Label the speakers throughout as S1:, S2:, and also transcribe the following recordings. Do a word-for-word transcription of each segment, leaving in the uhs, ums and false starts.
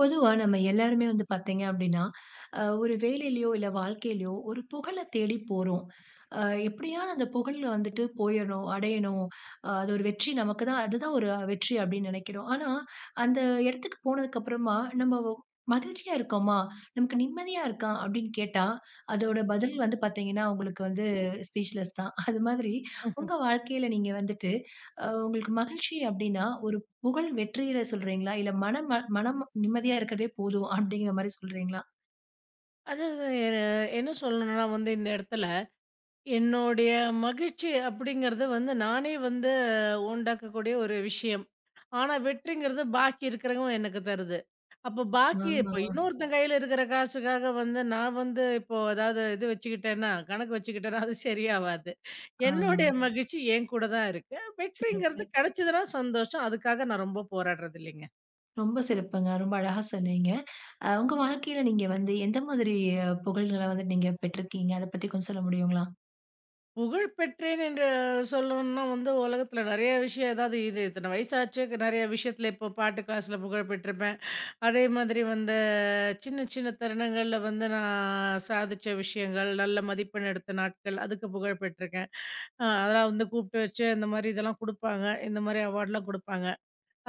S1: பொதுவா நம்ம எல்லாருமே வந்து பாத்தீங்க அப்படின்னா, அ ஒரு வேலையிலயோ, இல்ல வாழ்க்கையிலயோ ஒரு புகழ தேடி போறோம். அ எப்படியாவது அந்த புகழ் வந்துட்டு போயிறணும், அடையணும். அ அது ஒரு வெற்றி நமக்கு தான், அதுதான் ஒரு வெற்றி அப்படின்னு நினைக்கிறோம். ஆனா, அந்த இடத்துக்கு போனதுக்கு அப்புறமா நம்ம ஒ மகிழ்ச்சியா இருக்கோமா? நமக்கு நிம்மதியா இருக்கா? அப்படின்னு கேட்டா, அதோட பதில் வந்து பாத்தீங்கன்னா, உங்களுக்கு வந்து ஸ்பீச்லெஸ் தான். அது மாதிரி உங்க வாழ்க்கையில நீங்க வந்துட்டு, அ உங்களுக்கு மகிழ்ச்சி அப்படின்னா, ஒரு புகழ் வெற்றியில சொல்றீங்களா? இல்ல மனம் ம மனம் நிம்மதியா இருக்கிறதே போதும் அப்டிங்கிற மாரி சொல்றீங்களா?
S2: அதாவது எ என்ன சொல்லணும்னா வந்து இந்த இடத்துல, என்னுடைய மகிழ்ச்சி அப்படிங்கிறது வந்து நானே வந்து உண்டாக்கக்கூடிய ஒரு விஷயம். ஆனா வெற்றிங்கிறது பாக்கி இருக்கிறவங்க எனக்கு தருது. அப்போ
S1: ஆ,
S2: பாக்கி
S1: ஆ,
S2: இப்போ இன்னொருத்தன் கையில இருக்கிற காசுக்காக வந்து நான் வந்து இப்போ ஏதாவது இது வச்சுக்கிட்டேன்னா, கணக்கு வச்சுக்கிட்டேன்னா அது சரியாவாது.
S1: ஆ.
S2: என்னுடைய மகிழ்ச்சி என் கூட தான் இருக்கு.
S1: சிறப்பு.
S2: வெற்றிங்கிறது கிடைச்சதுன்னா சந்தோஷம். அதுக்காக நான் ரொம்ப போராடுறது இல்லைங்க.
S1: ரொம்ப சிறப்புங்க. ரொம்ப அழகா சொன்னீங்க. அ உங்க வாழ்க்கையில நீங்க வந்து எந்த மாதிரி புகழ்கள வந்து நீங்க பெற்றிருக்கீங்க? அத பத்தி கொஞ்சம் சொல்ல முடியுங்களா?
S2: புகழ் பெற்றேன் என்று சொல்லணும்னா வந்து உலகத்துல நிறைய விஷயம் ஏதாவது இது இத்தனை வயசாச்சு நிறைய விஷயத்துல இப்போ பாட்டு கிளாஸ்ல புகழ் பெற்றிருப்பேன். அதே மாதிரி வந்து சின்ன சின்ன தருணங்கள்ல வந்து நான் சாதிச்ச விஷயங்கள், நல்ல மதிப்பெண் எடுத்த நாட்கள் அதுக்கு புகழ் பெற்றிருக்கேன். அஹ் அதெல்லாம் வந்து கூப்பிட்டு வச்சு இந்த மாதிரி இதெல்லாம் கொடுப்பாங்க, இந்த மாதிரி அவார்ட்லாம் கொடுப்பாங்க.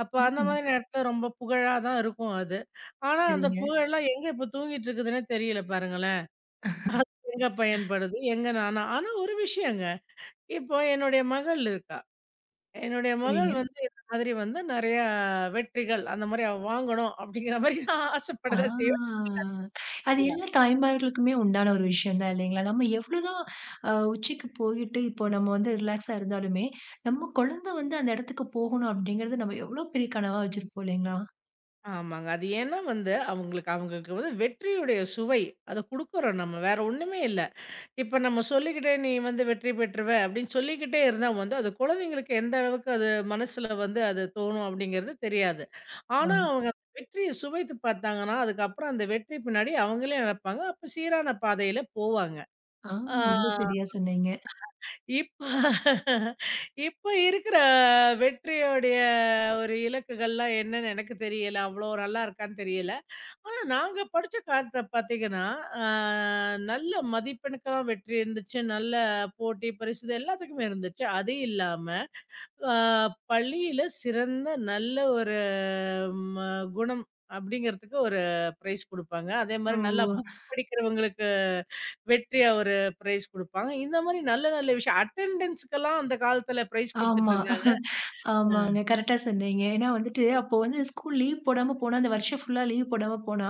S2: அப்போ அந்த
S1: ம்.
S2: மாதிரி நேரத்துல ரொம்ப புகழா தான் இருக்கும் அது. ஆனா அந்த
S1: சரிங்க,
S2: புகழெல்லாம் எங்க இப்போ தூங்கிட்டு இருக்குதுன்னே தெரியல பாருங்களேன். அது எங்க பயன்படுது எங்க நானா? ஆனா ஒரு விஷயங்க, இப்போ என்னுடைய மகள் இருக்கா. என்னுடைய மகள்
S1: சரிங்க.
S2: வந்து இந்த மாதிரி வந்து நெறையா வெற்றிகள் அந்த மாரி அவ வாங்கணும் அப்படிங்கிற மாரி நான்
S1: ஆ.
S2: ஆசைப்படதா செய்வேன்.
S1: அது
S2: அப்படியா?
S1: எல்லா தாய்மார்களுக்குமே உண்டான ஒரு விஷயம் தான் இல்லைங்களா? நம்ம எவ்வளோதான் அ உச்சிக்கு போயிட்டு இப்போ நம்ம வந்து ரிலாக்ஸா இருந்தாலுமே, நம்ம குழந்தை வந்து அந்த இடத்துக்கு போகணும் அப்டிங்கிறது நம்ம எவ்வளோ பெரிய கனவா வச்சிருப்போம் இல்லைங்களா?
S2: ஆமாங்க. அது ஏன்னா வந்து அவங்களுக்கு அவங்களுக்கு வந்து வெற்றியுடைய சுவை அத குடுக்குறோம் நம்ம. வேற ஒண்ணுமே இல்ல. இப்ப நம்ம சொல்லிக்கிட்டே நீ வந்து வெற்றி பெற்றுருவ அப்படின்னு சொல்லிக்கிட்டே இருந்தா வந்து அது குழந்தைங்களுக்கு எந்த அளவுக்கு அது மனசுல வந்து அது தோணும் அப்படிங்கிறது தெரியாது. ஆனா அவங்க வெற்றிய சுவைத்து பார்த்தாங்கன்னா, அதுக்கப்புறம் அந்த வெற்றி பின்னாடி அவங்களே நினைப்பாங்க. அப்ப சீரான பாதையில போவாங்க.
S1: ஆ,
S2: ஆ.
S1: ரொம்ப சரியா சொன்னீங்க.
S2: இப்ப இப்ப இருக்கிற வெற்றியோடைய ஒரு இலக்குகள்லாம் என்னன்னு எனக்கு தெரியல. அவ்வளோ நல்லா இருக்கான்னு தெரியல. ஆனா நாங்க படிச்ச காலத்துல பார்த்தீங்கன்னா, அ நல்ல மதிப்பெண்க்கெல்லாம் வெற்றி இருந்துச்சு. நல்ல போட்டி, பரிசு இது எல்லாத்துக்குமே இருந்துச்சு. அது இல்லாம ஆ பள்ளியில சிறந்த நல்ல ஒரு ம குணம் அப்படிங்கிறதுக்கு ஒரு பிரைஸ் குடுப்பாங்க. அதே
S1: ஓ!
S2: மாரி நல்லா புக் படிக்கிறவங்களுக்கு வெற்றியா ஒரு பிரைஸ் குடுப்பாங்க. இந்த மாரி நல்ல நல்ல விஷயம், அட்டெண்டன்ஸ்க்கெல்லாம் அந்த காலத்துல பிரைஸ் குடுத்துட்டு
S1: ஆமா.
S2: இருந்தாங்க. அ.
S1: ஆமாங்க. கரெக்ட்டா சொன்னீங்க. ஏன்னா வந்துட்டு, அப்போ வந்து ஸ்கூல் லீவ் போடாம போனா, அந்த வருஷம் ஃபுல்லா லீவ் போடாம போனா,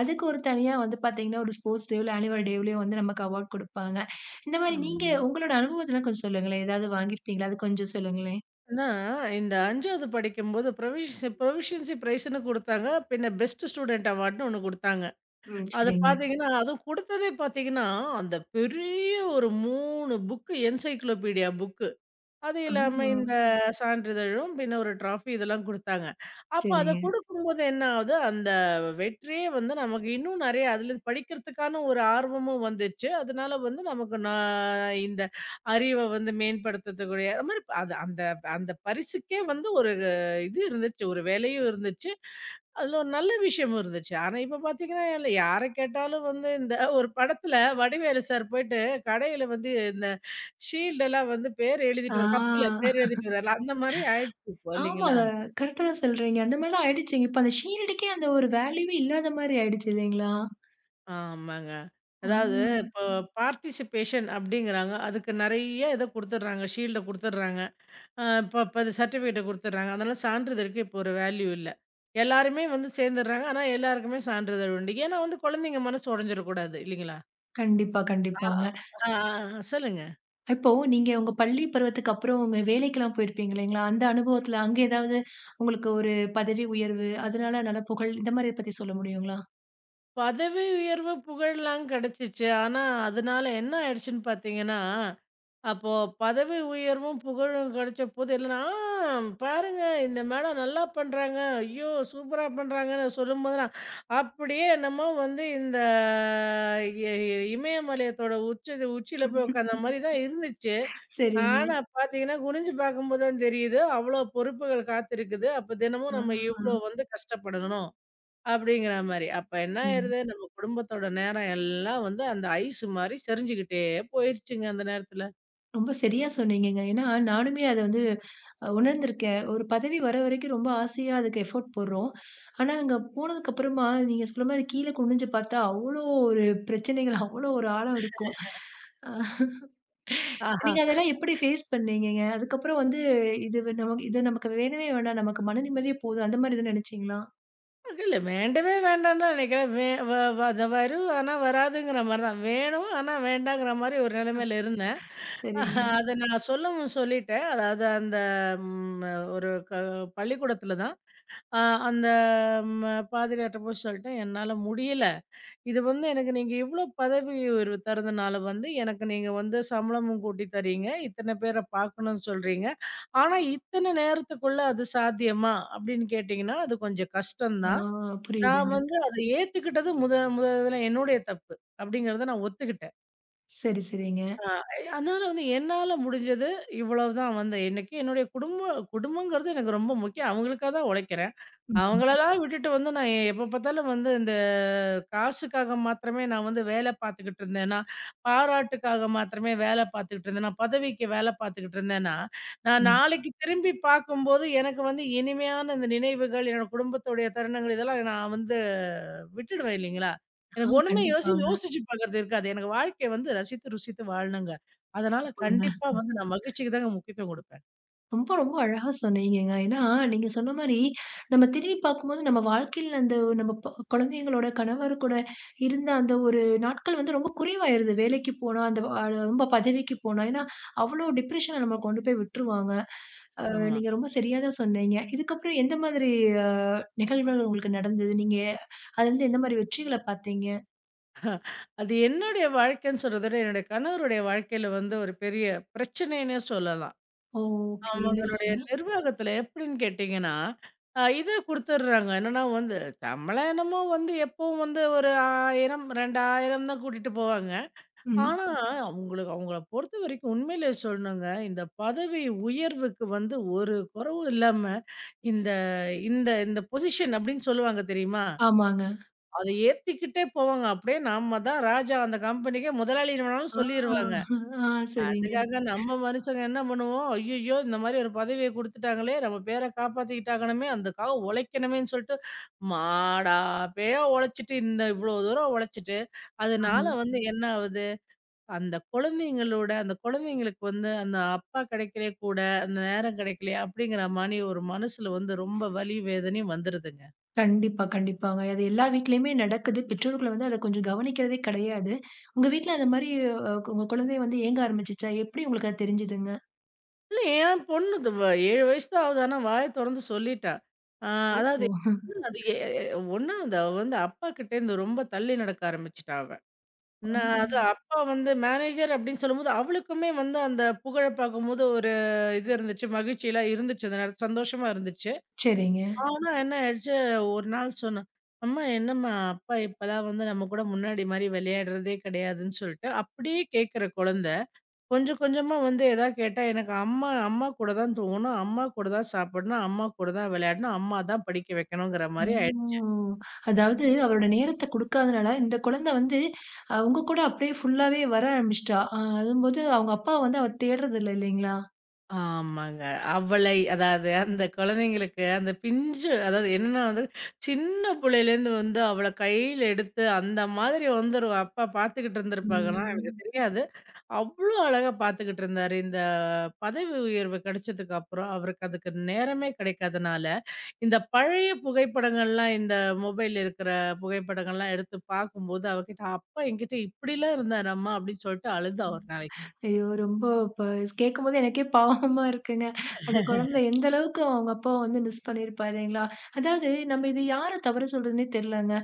S1: அதுக்கு ஒரு தனியா வந்து பாத்தீங்கன்னா, ஒரு ஸ்போர்ட்ஸ் டேவ்ல, ஆனுவல் டேவ்லயும் வந்து நமக்கு அவார்ட் குடுப்பாங்க. இந்த மாரி நீங்க
S2: ஆமாங்க.
S1: உங்களோட அனுபவத்தலாம் கொஞ்சம் சொல்லுங்களேன். ஏதாவது வாங்கியிருப்பீங்களா? அது கொஞ்சம் சொல்லுங்களேன்.
S2: ஆனா, இந்த ஐந்தாவது படிக்கும்போது ப்ரொவிஷ ப்ரொவிஷியன்சி பிரைஸ்ன்னு குடுத்தாங்க. பின்ன பெஸ்ட் ஸ்டூடெண்ட் அவார்டுன்னு ஒண்ணு குடுத்தாங்க.
S1: ம்.
S2: அது
S1: சரிங்க.
S2: பாத்தீங்கன்னா, அதுவும் குடுத்ததே பாத்தீங்கன்னா, அந்த பெரிய ஒரு மூன்று புக் என்சைக்ளோபீடியா புக், அது
S1: ஆ.
S2: இல்லாம இந்த சான்றிதழும், பின்ன ஒரு ட்ராஃபி இதெல்லாம் குடுத்தாங்க. அப்ப அத
S1: சரிங்க.
S2: குடுக்கும்போது என்ன ஆகுது, அந்த வெற்றியே வந்து நமக்கு இன்னும் நெறைய அதுல படிக்கிறதுக்கான ஒரு ஆர்வமும் வந்துச்சு. அதனால வந்து நமக்கு நான் இந்த அறிவ வந்து மேம்படுத்தக்கூடிய அது மாரி அது அந்த அந்த பரிசுக்கே வந்து ஒரு இது இருந்துச்சு. ஒரு வேலையும் இருந்துச்சு. அதுல ஒரு நல்ல விஷயமும் இருந்துச்சு. ஆனா இப்ப பாத்தீங்கன்னா, யார கேட்டாலும் வந்து இந்த ஒரு படத்துல வடிவேலு சார் போயிட்டு கடையில வந்து இந்த ஷீல்ட் எல்லாம் வந்து பேர் எழுதிட்டு வர கப்புல
S1: ஆ.
S2: பேர் எழுதிட்டு வரல, அந்த மாதிரி ஆயிடுச்சு இப்போ இல்லைங்களா?
S1: ஆமாங்க. கரெக்ட்டா தான் சொல்றீங்க. அந்த மாரிலாம் ஆயிடுச்சுங்க. இப்ப அந்த ஷீல்டுக்கே அந்த ஒரு வேல்யூவே இல்லாத மாரி ஆயிடுச்சு இல்லைங்களா?
S2: ஆமாங்க.
S1: ஆ.
S2: அதாவது இப்போ ம். பார்ட்டிசிபேஷன் அப்படிங்கிறாங்க. அதுக்கு நெறைய இத குடுத்துடுறாங்க. ஷீல்ட குடுத்துடுறாங்க. அ இப்ப இப்ப அது சர்டிஃபிகேட்ட குடுத்துடுறாங்க. அதனால சான்றிதழுக்கு இப்போ ஒரு வேல்யூ இல்ல. எல்லாருமே வந்து சேர்ந்துடுறாங்க. ஆனா எல்லாருக்குமே சான்றிதழ் உண்டு. ஏன்னா வந்து குழந்தைங்க மனசு உடைஞ்சிடக்கூடாது இல்லைங்களா?
S1: கண்டிப்பா,
S2: ஆ.
S1: கண்டிப்பாங்க.
S2: ஆ, ஆ, சொல்லுங்க.
S1: இப்போ நீங்க உங்க பள்ளி பருவத்துக்கு அப்புறம் உங்க வேலைக்கெல்லாம் போயிருப்பீங்க இல்லைங்களா? அந்த அனுபவத்துல அங்க ஏதாவது உங்களுக்கு ஒரு பதவி உயர்வு, அதனால நல்ல புகழ் இந்த மாரி பத்தி சொல்ல முடியுங்களா?
S2: பதவி உயர்வு, புகழ்லாம் கிடைச்சுச்சு. ஆனா, அதனால என்ன ஆயிடுச்சுன்னு பார்த்தீங்கன்னா, அப்போ பதவி உயர்வும், புகழும் கிடைச்சபோது என்னன்னா, "ஆ பாருங்க இந்த மேடம் நல்லா பண்றாங்க. ஐயோ! சூப்பரா பண்றாங்கன்னு" சொல்லும்போதெல்லாம், அப்படியே என்னமோ வந்து இந்த இ இ இமயமலையத்தோட உச்ச உச்சியில போய் உட்காந்த மாரி தான் இருந்துச்சு.
S1: சரிங்க.
S2: ஆனா பார்த்தீங்கன்னா, குனிஞ்சு பார்க்கும்போது தான் தெரியுது, அவ்வளோ பொறுப்புகள் காத்திருக்குது. அப்ப
S1: ஆ.
S2: தினமும் நம்ம இவ்வளோ வந்து கஷ்டப்படணும் அப்படிங்கிற மாரி. அப்ப என்ன
S1: ம்.
S2: ஆயிருது, நம்ம குடும்பத்தோட நேரம் எல்லாம் வந்து அந்த ஐஸ் மாரி சரிஞ்சுகிட்டே போயிருச்சுங்க அந்த நேரத்துல.
S1: ரொம்ப சரியா சொன்னீங்கங்க. ஏன்னா நானுமே அத வந்து அ உணர்ந்திருக்கேன். ஒரு பதவி வர வரைக்கும் ரொம்ப ஆசையா அதுக்கு எஃபோர்ட் போடுறோம். ஆனா அங்க போனதுக்கு அப்புறமா நீங்க சொல்ற மாரி கீழ குனிஞ்சு பார்த்தா அவ்ளோ ஒரு பிரச்சனைகள், அவ்ளோ ஒரு ஆழம் இருக்கும். அ
S2: ஆஹா.
S1: நீங்க அதெல்லாம் எப்படி ஃபேஸ் பண்ணீங்கங்க? அதுக்கப்புறம் வந்து இது வ நமக்கு இது நமக்கு வேணவே வேணாம். நமக்கு மன நிம்மதியே போதும். அந்த மாரி எதுவும் நினைச்சீங்களா?
S2: இல்ல வேண்டவே வேண்டான்னு தான் நெனைக்கிறேன். வே வ வ அது வரும் ஆனா வராதுங்கிற மாரி தான். வேணும் ஆனா வேண்டாங்கிற மாரி ஒரு நெலைமையில இருந்தேன்.
S1: சரிங்க.
S2: அத நான் சொல்லவும் சொல்லிட்டேன். அதாவது அந்த ம் ஒரு க பள்ளிக்கூடத்துல தான். அ அந்த ம பாதிரியார்ட்ட போய் சொல்லிட்டேன், "என்னால முடியல. இது வந்து எனக்கு நீங்க இவ்ளோ பதவி உயர்வு தர்றதுனால வந்து, எனக்கு நீங்க வந்து சம்பளமும் கூட்டி தர்றீங்க. இத்தன பேர பார்க்கணும்னு சொல்றீங்க. ஆனா, இத்தன நேரத்துக்குள்ள அது சாத்தியமா? அப்படின்னு கேட்டீங்கன்னா, அது கொஞ்சம் கஷ்டம்
S1: ஆ,
S2: தான். நான்
S1: புரியுதுங்க.
S2: வந்து அத ஏத்துக்கிட்டது முத முதல்ல என்னுடைய தப்பு." அப்படிங்கிறத நான் ஒத்துக்கிட்டேன்.
S1: சரி, சரிங்க.
S2: ஆ, அதனால வந்து என்னால முடிஞ்சது இவ்வளவுதான். வந்து என்னைக்கு என்னுடைய குடும்பம் குடும்பங்கிறது எனக்கு ரொம்ப முக்கியம். அவங்களுக்காக தான் உழைக்கிறேன்.
S1: ம்,
S2: அவங்களலாம் விட்டுட்டு வந்து நான் எப்ப பார்த்தாலும் வந்து இந்த காசுக்காக மாத்திரமே நான் வந்து வேலை பார்த்துக்கிட்டு இருந்தேன்னா, பாராட்டுக்காக மாத்திரமே வேலை பார்த்துக்கிட்டு இருந்தேன்னா, பதவிக்கு வேலை பார்த்துக்கிட்டு இருந்தேன்னா, நான் ம்.
S1: ம்.
S2: நாளைக்கு திரும்பி பார்க்கும்போது எனக்கு வந்து இனிமையான இந்த நினைவுகள், என்னோட குடும்பத்துடைய தருணங்கள் இதெல்லாம் நான் வந்து விட்டுடுவேன் இல்லைங்களா?
S1: ஆ,
S2: எனக்கு ஒண்ணுமே யோசி
S1: கண்டிப்பாங்க.
S2: யோசிச்சு பார்க்கறது இருக்காது. எனக்கு வாழ்க்கைய வந்து ரசித்து, ருசித்து வாழணுங்க. அதனால கண்டிப்பா வந்து நான் மகிழ்ச்சிக்கு தாங்க முக்கியத்துவம் குடுப்பேன்.
S1: ரொம்ப, ரொம்ப அழகா சொன்னீங்கங்க. ஏன்னா, நீங்க சொன்ன மாரி, நம்ம திரும்பி பார்க்கும்போது நம்ம வாழ்க்கையில அந்த நம்ம ப குழந்தைங்களோட, கணவர் கூட இருந்த அந்த ஒரு நாட்கள் வந்து ரொம்ப குறைவாயிருது. வேலைக்கு போனா, அந்த அ ரொம்ப பதவிக்கு போனா, ஏன்னா அவ்ளோ டிப்ரஷன்ல நம்மள கொண்டு போய் விட்டுருவாங்க. அ
S2: ஆமா.
S1: நீங்க ரொம்ப சரியா தான் சொன்னீங்க. இதுக்கப்புறம் எந்த மாதிரி அ நிகழ்வுகள் உங்களுக்கு நடந்தது? நீங்க அதுலருந்து எந்த மாரி வெற்றிகள பார்த்தீங்க?
S2: அது என்னுடைய வாழ்க்கைன்னு சொல்றத விட, என்னுடைய கணவருடைய வாழ்க்கையில வந்து ஒரு பெரிய பிரச்சனைன்னே சொல்லலாம்.
S1: ஓ! ஓகே. என்ன
S2: அவங்களுடைய
S1: விஷயம்னா?
S2: நிர்வாகத்துல எப்படின்னு கேட்டீங்கன்னா, அ இத குடுத்துடுறாங்க. என்னன்னா வந்து சம்பளம் என்னமோ வந்து எப்பவும் வந்து ஒரு ஆயிரம், இரண்டாயிரம் தான் கூட்டிட்டு போவாங்க.
S1: ம்.
S2: ஆனா அவங்களுக்கு, அவங்கள பொறுத்த வரைக்கும் உண்மையிலே சொல்லணுங்க, இந்த பதவி உயர்வுக்கு வந்து ஒரு குறைவும் இல்லாம இந்த இந்த இந்த பொசிஷன் அப்படின்னு சொல்லுவாங்க தெரியுமா?
S1: ஆமாங்க.
S2: அத ஏத்திக்கிட்டே போவாங்க. அப்படியே நம்ம தான் ராஜா, அந்த கம்பெனிக்கே முதலாளி வேணாலும்
S1: ஆ,
S2: சொல்லிருவாங்க.
S1: ஆ, சரிங்க.
S2: அதுக்காக நம்ம மனுஷங்க என்ன பண்ணுவோம், "ஐயய்யோ! இந்த மாரி ஒரு பதவிய குடுத்துட்டாங்களே! நம்ம பேர காப்பாத்திக்கிட்டாங்கணுமே! அதுக்காக உழைக்கணுமேன்னு" சொல்லிட்டு, மாடா பேயா உழைச்சுட்டு, இந்த இவ்ளோ தூரம் உழைச்சுட்டு, அதனால
S1: ஆமா.
S2: வந்து என்ன ஆவுது, அந்த குழந்தைங்களோட, அந்த குழந்தைங்களுக்கு வந்து அந்த அப்பா கிடைக்கலே கூட, அந்த நேரம் கிடைக்கலையே! அப்படிங்கிற மாரி ஒரு மனசுல வந்து ரொம்ப வலி, வேதனையும் வந்துருதுங்க.
S1: கண்டிப்பா, கண்டிப்பாங்க. அது எல்லா வீட்லயுமே நடக்குது. பெற்றோர்கள் வந்து அத கொஞ்சம் கவனிக்கிறதே கிடையாது. உங்க வீட்ல அந்த மாரி அ உங்க குழந்தை வந்து ஏங்க ஆரம்பிச்சுச்சா? எப்படி உங்களுக்கு அது தெரிஞ்சதுங்க?
S2: இல்ல, என் பொண்ணு இது வ ஏழு வயசு தான் ஆகுது. ஆனா வாய தொறந்து சொல்லிட்டா. ஆ, அதாவது
S1: ஓ!
S2: என்ன, அது எ ஒண்ணு அது அவ வந்து அப்பா கிட்டேருந்து ரொம்ப தள்ளி நடக்க ஆரம்பிச்சுட்டா அவ.
S1: ஓ!
S2: நான் அது அப்பா வந்து மேனேஜர் அப்படின்னு சொல்லும்போது, அவளுக்குமே வந்து அந்த புகழ பார்க்கும்போது ஒரு இது இருந்துச்சு. மகிழ்ச்சிலாம் இருந்துச்சு. அந்த நேரத்துல சந்தோஷமா இருந்துச்சு.
S1: சரிங்க.
S2: ஆனா என்ன ஆயிடுச்சு, ஒரு நாள் சொன்னா, "அம்மா, என்னம்மா அப்பா இப்பலாம் வந்து நம்ம கூட முன்னாடி மாரி விளையாடுறதே கிடையாதுன்னு" சொல்லிட்டு, அப்படியே கேட்கிற குழந்த. கொஞ்சம் கொஞ்சமா வந்து எதாவது கேட்டா, எனக்கு அம்மா, அம்மா கூட தான் தூங்கணும், அம்மா கூட தான் சாப்பிடணும், அம்மா கூட தான் விளையாடணும், அம்மா தான் படிக்க வைக்கணுங்கிற மாரி ஆயிடுச்சு.
S1: ஓ! அதாவது அவரோட நேரத்த குடுக்காதனால, இந்த குழந்தை வந்து அ உங்க கூட அப்படியே ஃபுல்லாவே வர ஆரம்பிச்சுட்டா. அ அதும்போது அவங்க அப்பா வந்து அவ தேடுறதில்ல இல்லைங்களா?
S2: ஆமாங்க. அவளை, அதாவது அந்த குழந்தைங்களுக்கு அந்த பிஞ்சு அதாவது என்னன்னா வந்து, சின்ன புள்ளையிலேருந்து வந்து அவள கையில எடுத்து அந்த மாதிரி வந்து ஒரு அப்பா பார்த்துக்கிட்டு இருந்திருப்பாங்கன்னா எனக்கு
S1: ம்.
S2: தெரியாது. அவ்ளோ அழகா பார்த்துக்கிட்டு இருந்தாரு. இந்த பதவி உயர்வு கிடைச்சதுக்கு அப்புறம் அவருக்கு அதுக்கு நேரமே கிடைக்காதனால இந்த பழைய புகைப்படங்கள்லாம், இந்த மொபைல் இருக்கிற புகைப்படங்கள்லாம் எடுத்து பார்க்கும்போது, அவகிட்ட "அப்பா என்கிட்ட இப்படிலாம் இருந்தாராம்மா" அப்படின்னு சொல்லிட்டு அழுதா ஒரு நாளைக்கு.
S1: ஐயோ! ரொம்ப இப்ப கேட்கும்போது எனக்கே பாவமா இருக்குங்க. அந்த குழந்தை எந்த அளவுக்கு அவங்க அப்பாவ வந்து மிஸ் பண்ணியிருப்பாருங்களா? அதாவது நம்ம இது யார தவறு சொல்றதுன்னே தெரியலங்க.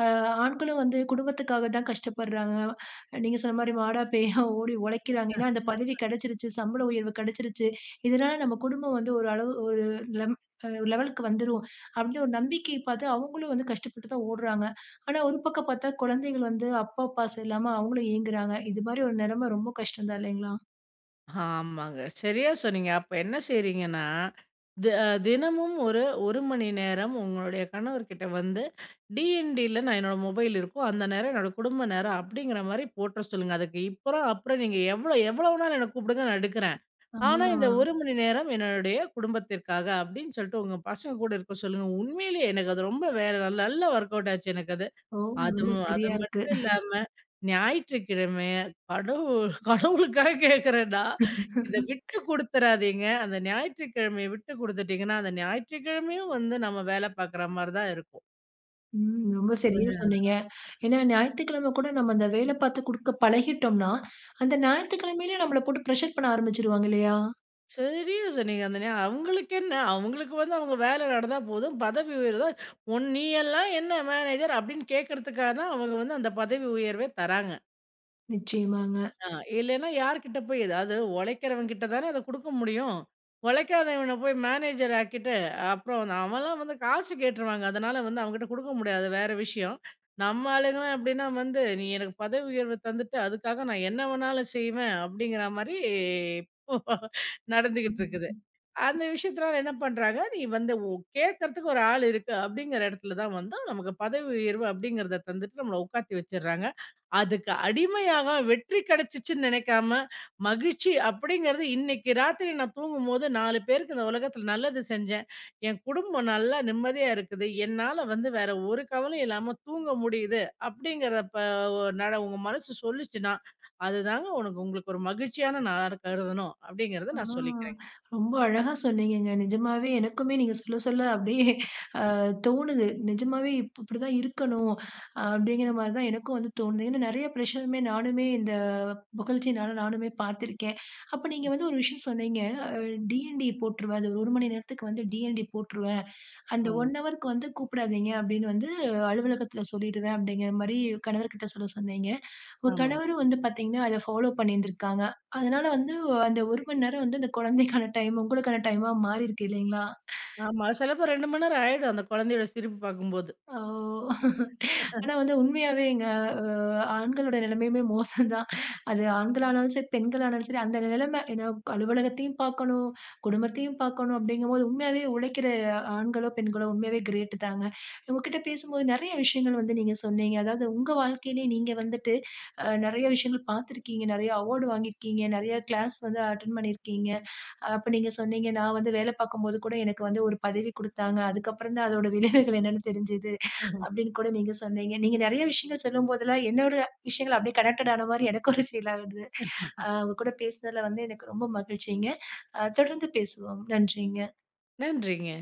S1: அ ஆண்களும் வந்து குடும்பத்துக்காக தான் கஷ்டப்படுறாங்க. நீங்க சொன்ன மாரி மாடா பேயா ஓடி உழைக்கிறாங்க. ஏன்னா அந்த பதவி கிடைச்சிருச்சு, சம்பள உயர்வு கிடைச்சிருச்சு. இதனால நம்ம குடும்பம் வந்து ஒரு அளவு ஒரு லெம் அ லெவலுக்கு வந்துரும். அப்படின்னு ஒரு நம்பிக்கை பார்த்து அவங்களும் வந்து கஷ்டப்பட்டு தான் ஓடுறாங்க. ஆனா, ஒரு பக்கம் பார்த்தா குழந்தைகள் வந்து அப்பா, அப்பா சரியில்லாம அவங்களும் ஏங்குறாங்க. இது மாரி ஒரு நிலைமை ரொம்ப கஷ்டம் தான் இல்லைங்களா?
S2: ஆமாங்க, சரியா சொன்னீங்க. அப்ப என்ன செய்றீங்கன்னா, தி அ தினமும் ஒரு 1 மணி நேரம் உங்களுடைய கணவர்கிட்ட வந்து டிஎன்டில நான் என்னோட மொபைல் இருக்கும். அந்த நேரம் என்னோட குடும்ப நேரம் அப்படிங்கிற மாரி போட்டுற சொல்லுங்க. அதுக்கு இப்பறம், அப்புறம் நீங்க எவ்வளோ எவ்வளவு நாள் என்ன கூப்பிடுங்க நான் எடுக்கிறேன். ஆனா, இந்த
S1: ஆ.
S2: ஒரு மணி நேரம் என்னுடைய குடும்பத்திற்காக அப்படின்னு சொல்லிட்டு உங்க பசங்க கூட இருக்க சொல்லுங்க. உண்மையிலேயே எனக்கு அது ரொம்ப வேற நல்லா ஒர்க் அவுட் ஆச்சு எனக்கு அது.
S1: ஓ! ரொம்ப
S2: அதும் அது
S1: சரியா இருக்கு.
S2: மட்டும் இல்லாம ஞாயிற்றுக்கிழமை கடவுள் கடவுளுக்காக கேட்கிறேன்டா, இத விட்டு குடுத்துறாதீங்க. அந்த ஞாயிற்றுக்கிழமைய விட்டு குடுத்துட்டீங்கன்னா, அந்த ஞாயிற்றுக்கிழமையும் வந்து நம்ம வேலை பார்க்குற மாரி தான் இருக்கும்.
S1: ம். ரொம்ப சரியா சொன்னீங்க. ஏன்னா, ஞாயித்துக்கிழமை கூட நம்ம அந்த வேலை பார்த்து குடுக்க பழகிட்டோம்னா, அந்த ஞாயித்துக்கிழமையிலயும் நம்மள போட்டு ப்ரெஷர் பண்ண ஆரம்பிச்சுருவாங்க இல்லையா?
S2: சரியா சொன்னீங்க. அந்த நே அவங்களுக்கு என்ன? அவங்களுக்கு வந்து அவங்க வேலை நடந்தா போதும். பதவி உயர்வு தான், உன் நீ எல்லாம் என்ன மேனேஜர் அப்டின்னு கேட்கறதுக்காக தான் அவங்க வந்து அந்த பதவி உயர்வே தராங்க.
S1: நிச்சயமாங்க.
S2: ஆ, இல்லைன்னா யார்கிட்ட போய் ஏதாவது உழைக்கிறவன் கிட்ட தானே அத குடுக்க முடியும். உழைக்காதவன போய் மேனேஜர் ஆக்கிட்டு, அப்புறம் வந்து அவன்லாம் வந்து காசு கேட்டுருவாங்க. அதனால வந்து அவன்கிட்ட குடுக்க முடியாது, வேற விஷயம். நம்ம ஆளுங்கலாம் எப்டின்னா வந்து, "நீ எனக்கு பதவி உயர்வு தந்துட்டு, அதுக்காக நான் என்ன வேணாலும் செய்வேன்" அப்டிங்கிற மாரி இப்போ நடந்துகிட்டு இருக்குது. அந்த விஷயத்தினால என்ன பண்றாங்க, நீ வந்து உ கேட்கறதுக்கு ஒரு ஆள் இருக்கு அப்படிங்கிற இடத்துல தான் வந்து நமக்கு பதவி உயர்வு அப்படிங்கிறத தந்துட்டு நம்மள உட்காத்தி வச்சுடுறாங்க. அதுக்கு அடிமையாக வெற்றி கிடைச்சுச்சுன்னு நினைக்காம, மகிழ்ச்சி அப்படிங்கிறது இன்னைக்கு ராத்திரி நான் தூங்கும்போது நான்கு பேருக்கு இந்த உலகத்தில நல்லது செஞ்சேன். என் குடும்பம் நல்லா நிம்மதியா இருக்குது. என்னால வந்து வேற ஒரு கவலையும் இல்லாம தூங்க முடியுது அப்படிங்கிறத ப ஒ நட உங்க மனசு சொல்லுச்சுன்னா, அதுதாங்க உனக்கு உங்களுக்கு ஒரு மகிழ்ச்சியான நாளா கருதணும்
S1: ஆ,
S2: அப்படிங்கிறத நான் சொல்லிக்கிறேங்க.
S1: ரொம்ப அழகா சொன்னீங்கங்க. நிஜமாவே எனக்குமே நீங்க சொல்ல, சொல்ல அப்படியே தோணுது. நிஜமாவே இப் இப்படிதான் இருக்கணும். அப்படிங்கிற மாரி தான் எனக்கும் வந்து தோணுது. ஏன்னா நெறைய பிரஷருமே நானுமே இந்த புகழ்ச்சினால நானுமே பார்த்துருக்கேன். அப்ப நீங்க வந்து ஒரு விஷயம் சொன்னீங்க. அ டிஎன்டி போட்டுருவேன். அது ஒரு 1 மணி நேரத்துக்கு வந்து டிஎன்டி போட்டுருவேன். அந்த
S2: ஆமா.
S1: ஒரு ஹவர்க்கு வந்து கூப்பிடாதீங்க அப்படின்னு வந்து அலுவலகத்துல சொல்லிடுவேன் அப்படிங்கிற மாரி கணவர்கிட்ட சொல்ல சொன்னீங்க. உங்க
S2: ஆமாங்க.
S1: கணவரும் வந்து பார்த்தீங்கன்னா, அத ஃபாலோ பண்ணியிருந்திருக்காங்க. அதனால வந்து அந்த ஒரு மணி நேரம் வந்து அந்த குழந்தைக்கான டைம், உங்களுக்கான டைமா மாறியிருக்கு இல்லைங்களா?
S2: ஆமா. சிலப்போ இரண்டு மணி நேரம் ஆயிடும் அந்த குழந்தையோட சிரிப்பு பார்க்கும்போது.
S1: ஓ! ஆனா வந்து உண்மையாவே எங்க அ ஆண்களோட நிலைமையுமே மோசம் தான். அது ஆண்களானாலும் சரி, பெண்களானாலும் சரி, அந்த நிலைமை ஏன்னா அலுவலகத்தையும் பார்க்கணும், குடும்பத்தையும் பார்க்கணும் அப்படிங்கும்போது உண்மையாவே உழைக்கிற ஆண்களோ, பெண்களோ உண்மையாவே கிரேட் தாங்க. உங்ககிட்ட பேசும்போது நெறைய விஷயங்கள் வந்து நீங்க சொன்னீங்க. அதாவது உங்க வாழ்க்கையிலேயே நீங்க வந்துட்டு அ நெறைய விஷயங்கள் பார்த்துருக்கீங்க, நெறைய அவார்டு வாங்கியிருக்கீங்க, நெறைய கிளாஸ் வந்து அட்டெண்ட் பண்ணியிருக்கீங்க. அப்ப நீங்க சொன்னீங்க, நான் வந்து வேலை பார்க்கும்போது கூட எனக்கு வந்து ஒரு பதவி குடுத்தாங்க. அதுக்கப்புறம் தான் அதோட விளைவுகள் என்னன்னு தெரிஞ்சது.
S2: ம்ஹ்ம்.
S1: அப்படின்னு கூட நீங்க சொன்னீங்க. நீங்க நெறைய விஷயங்கள் சொல்லும்போதெல்லாம், என்னோட விஷயங்கள் அப்படியே கனெக்டட் ஆன மாரி எனக்கு ஒரு ஃபீல் ஆகுது. அ உங்க கூட பேசுனதுல வந்து எனக்கு ரொம்ப மகிழ்ச்சிங்க. அ தொடர்ந்து பேசுவோம். நன்றிங்க.
S2: நன்றிங்க.